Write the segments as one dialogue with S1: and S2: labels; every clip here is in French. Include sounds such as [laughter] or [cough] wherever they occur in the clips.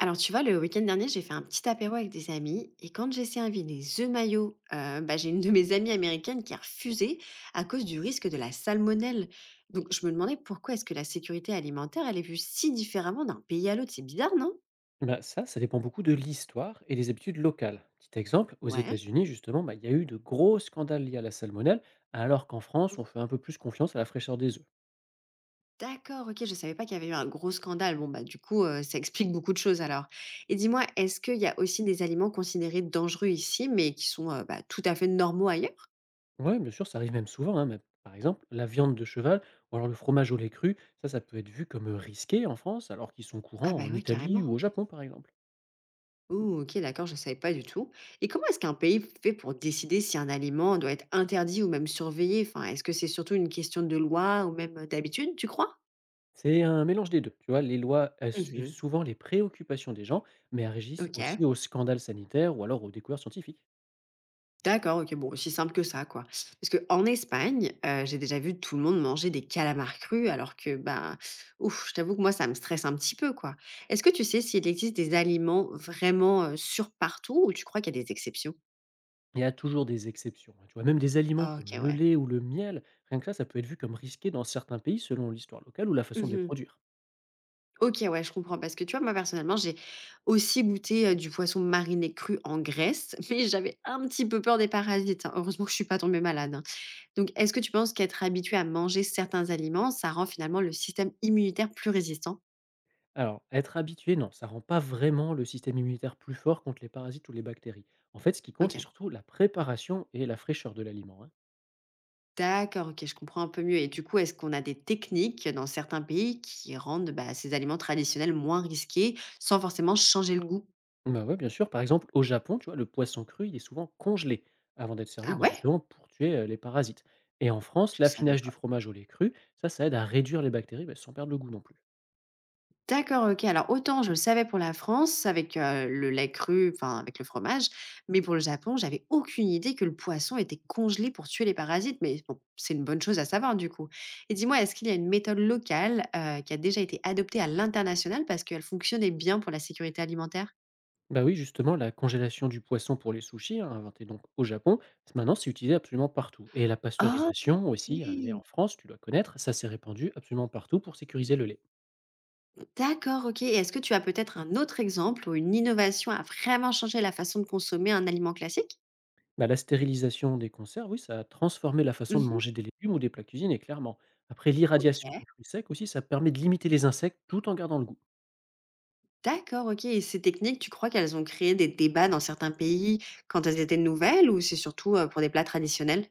S1: Alors, tu vois, le week-end dernier, j'ai fait un petit apéro avec des amis. Et quand j'ai servi les œufs maillots, j'ai une de mes amies américaines qui a refusé à cause du risque de la salmonelle. Donc, je me demandais pourquoi est-ce que la sécurité alimentaire, elle est vue si différemment d'un pays à l'autre. C'est bizarre, non?
S2: Bah, ça dépend beaucoup de l'histoire et des habitudes locales. Petit exemple, aux
S1: Ouais.
S2: États-Unis, justement, bah, il y a eu de gros scandales liés à la salmonelle, alors qu'en France, on fait un peu plus confiance à la fraîcheur des œufs.
S1: D'accord, ok, je savais pas qu'il y avait eu un gros scandale. Bon, bah, du coup, ça explique beaucoup de choses alors. Et dis-moi, est-ce qu'il y a aussi des aliments considérés dangereux ici, mais qui sont bah, tout à fait normaux ailleurs?
S2: Ouais, bien sûr, ça arrive même souvent, hein, mais par exemple, la viande de cheval ou alors le fromage au lait cru, ça peut être vu comme risqué en France, alors qu'ils sont
S1: Ah,
S2: courants
S1: bah
S2: en
S1: ouais,
S2: Italie ou
S1: carrément.
S2: au Japon, par exemple.
S1: Ouh, OK, d'accord, je ne savais pas du tout. Et comment est-ce qu'un pays fait pour décider si un aliment doit être interdit ou même surveillé? Enfin, est-ce que c'est surtout une question de loi ou même d'habitude, tu crois?
S2: C'est un mélange des deux. Tu vois, les lois, elles suivent
S1: Mhm.
S2: souvent les préoccupations des gens, mais elles régissent aussi
S1: OK.
S2: aux scandales sanitaires ou alors aux découvertes scientifiques.
S1: D'accord, ok, bon, aussi simple que ça, quoi. Parce que en Espagne, j'ai déjà vu tout le monde manger des calamars crus, alors que, ben, ouf, je t'avoue que moi, ça me stresse un petit peu, quoi. Est-ce que tu sais s'il existe des aliments vraiment sur partout ou tu crois qu'il y a des exceptions?
S2: Il y a toujours des exceptions, hein, tu vois? Même des aliments comme
S1: Ok,
S2: le
S1: ouais.
S2: lait ou le miel, rien que là, ça peut être vu comme risqué dans certains pays selon l'histoire locale ou la façon de les produire.
S1: OK, ouais, je comprends parce que tu vois, moi, personnellement, j'ai aussi goûté, du poisson mariné cru en Grèce, [laughs] mais j'avais un petit peu peur des parasites, hein. Heureusement que je suis pas tombée malade, hein. Donc est-ce que tu penses qu'être habitué à manger certains aliments, ça rend finalement le système immunitaire plus résistant?
S2: Alors, être habitué, non, ça rend pas vraiment le système immunitaire plus fort contre les parasites ou les bactéries. En fait, ce qui compte, c'est
S1: OK.
S2: surtout la préparation et la fraîcheur de l'aliment, hein.
S1: D'accord, OK, je comprends un peu mieux et du coup, est-ce qu'on a des techniques dans certains pays qui rendent, bah, ces aliments traditionnels moins risqués, sans forcément changer le goût?
S2: Bah ouais, bien sûr. Par exemple, au Japon, tu vois, le poisson cru, il est souvent congelé avant d'être servi,
S1: Ah
S2: bah,
S1: ouais?
S2: justement pour tuer les parasites. Et en France,
S1: Je savais
S2: l'affinage du
S1: pas.
S2: fromage au lait cru, ça aide à réduire les bactéries, bah, sans perdre le goût non plus.
S1: D'accord, OK. Alors autant je le savais pour la France avec, le lait cru, enfin avec le fromage, mais pour le Japon, j'avais aucune idée que le poisson était congelé pour tuer les parasites, mais bon, c'est une bonne chose à savoir du coup. Et dis-moi, est-ce qu'il y a une méthode locale, qui a déjà été adoptée à l'international parce qu'elle fonctionnait bien pour la sécurité alimentaire?
S2: Bah oui, justement, la congélation du poisson pour les sushis, hein, inventée donc au Japon, maintenant c'est utilisé absolument partout. Et la
S1: Oh!
S2: pasteurisation aussi, hein, née
S1: OK.
S2: en France, tu dois connaître, ça s'est répandu absolument partout pour sécuriser le lait.
S1: D'accord, OK. Et est-ce que tu as peut-être un autre exemple où une innovation a vraiment changé la façon de consommer un aliment classique?
S2: Bah, la stérilisation des conserves, oui, ça a transformé la façon de
S1: Mmh.
S2: manger des légumes ou des plats cuisinés, clairement. Après, l'irradiation
S1: OK.
S2: des fruits secs aussi, ça permet de limiter les insectes tout en gardant le goût.
S1: D'accord, OK, et ces techniques, tu crois qu'elles ont créé des débats dans certains pays quand elles étaient nouvelles ou c'est surtout, pour des plats traditionnels?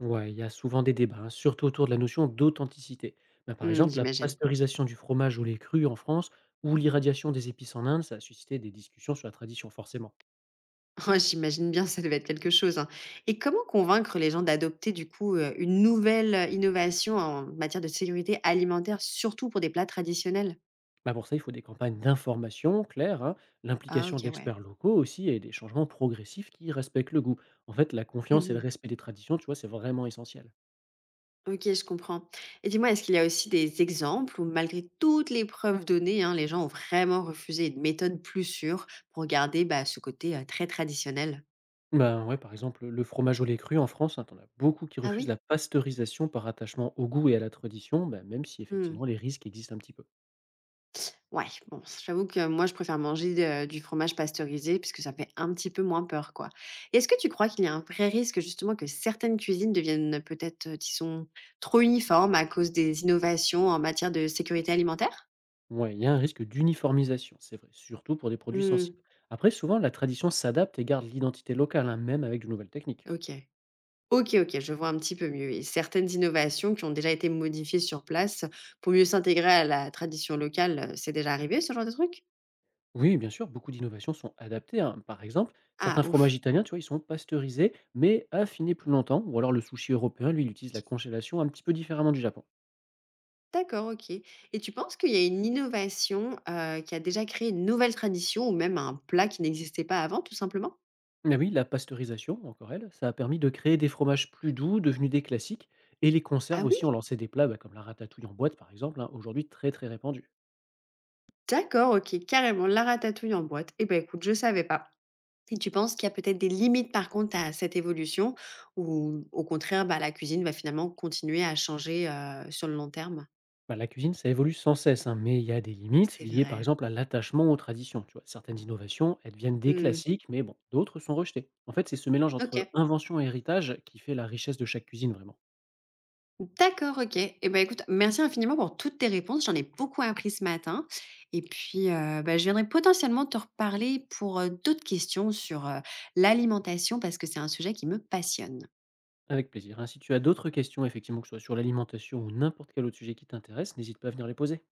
S2: Ouais, il y a souvent des débats, hein, surtout autour de la notion d'authenticité. Bah, par
S1: Mmh,
S2: exemple, la
S1: j'imagine. [laughs]
S2: pasteurisation du fromage au lait cru en France ou l'irradiation des épices en Inde, ça a suscité des discussions sur la tradition, forcément.
S1: Ouais, j'imagine bien, ça devait être quelque chose, hein. Et comment convaincre les gens d'adopter du coup, une nouvelle, innovation en matière de sécurité alimentaire, surtout pour des plats traditionnels?
S2: Bah, pour ça, il faut des campagnes d'information claires, hein,
S1: Ah
S2: l'implication
S1: OK, ouais.
S2: d'experts locaux aussi et des changements progressifs qui respectent le goût. En fait, la confiance et le
S1: Mmh.
S2: respect des traditions, tu vois, c'est vraiment essentiel.
S1: OK, je comprends. Et dis-moi, est-ce qu'il y a aussi des exemples où malgré toutes les preuves données, hein, les gens ont vraiment refusé une méthode plus sûre pour garder, bah, ce côté, très traditionnel?
S2: Ben ouais, par exemple, le fromage au lait cru en France, hein, t'en as beaucoup qui
S1: Ah
S2: refusent la
S1: oui?
S2: pasteurisation par attachement au goût et à la tradition, bah, même si
S1: Mmh.
S2: effectivement les risques existent un petit peu.
S1: Ouais, bon, j'avoue que moi, je préfère manger de du fromage pasteurisé puisque ça fait un petit peu moins peur, quoi. Et est-ce que tu crois qu'il y a un vrai risque justement que certaines cuisines deviennent peut-être, qui sont trop uniformes à cause des innovations en matière de sécurité alimentaire?
S2: Ouais, il y a un risque d'uniformisation, c'est vrai, surtout pour des produits
S1: Mmh.
S2: sensibles. Après, souvent, la tradition s'adapte et garde l'identité locale, hein, même avec de nouvelles techniques.
S1: OK. OK, OK, je vois un petit peu mieux. Et certaines innovations qui ont déjà été modifiées sur place pour mieux s'intégrer à la tradition locale, c'est déjà arrivé ce genre de truc?
S2: Oui, bien sûr, beaucoup d'innovations sont adaptées, hein. Par exemple,
S1: Ah,
S2: certains fromages
S1: ouf.
S2: italiens, tu vois, ils sont pasteurisés, mais affinés plus longtemps. Ou alors le sushi européen, lui, il utilise la congélation un petit peu différemment du Japon.
S1: D'accord, OK. Et tu penses qu'il y a une innovation, qui a déjà créé une nouvelle tradition ou même un plat qui n'existait pas avant, tout simplement?
S2: Mais oui, la pasteurisation, encore elle, ça a permis de créer des fromages plus doux, devenus des classiques. Et les conserves
S1: Ah
S2: aussi ont
S1: oui?
S2: lancé des plats, bah, comme la ratatouille en boîte, par exemple, hein, aujourd'hui très très répandus.
S1: D'accord, OK, carrément, la ratatouille en boîte. Et ben écoute, je savais pas. Et tu penses qu'il y a peut-être des limites, par contre, à cette évolution ou au contraire, bah, la cuisine va finalement continuer à changer, sur le long terme?
S2: Bah, la cuisine, ça évolue sans cesse, hein, mais il y a des limites
S1: C'est
S2: liées par
S1: vrai.
S2: exemple à l'attachement aux traditions. Tu vois, certaines innovations, elles deviennent des
S1: Mmh.
S2: classiques, mais bon, d'autres sont rejetées. En fait, c'est ce mélange entre
S1: OK.
S2: invention et héritage qui fait la richesse de chaque cuisine vraiment.
S1: D'accord, OK. Et ben écoute, merci infiniment pour toutes tes réponses. J'en ai beaucoup appris ce matin et puis, bah, je viendrai potentiellement te reparler pour, d'autres questions sur, l'alimentation parce que c'est un sujet qui me passionne.
S2: Avec plaisir, hein. Si tu as d'autres questions, effectivement, que ce soit sur l'alimentation ou n'importe quel autre sujet qui t'intéresse, n'hésite pas à venir les poser.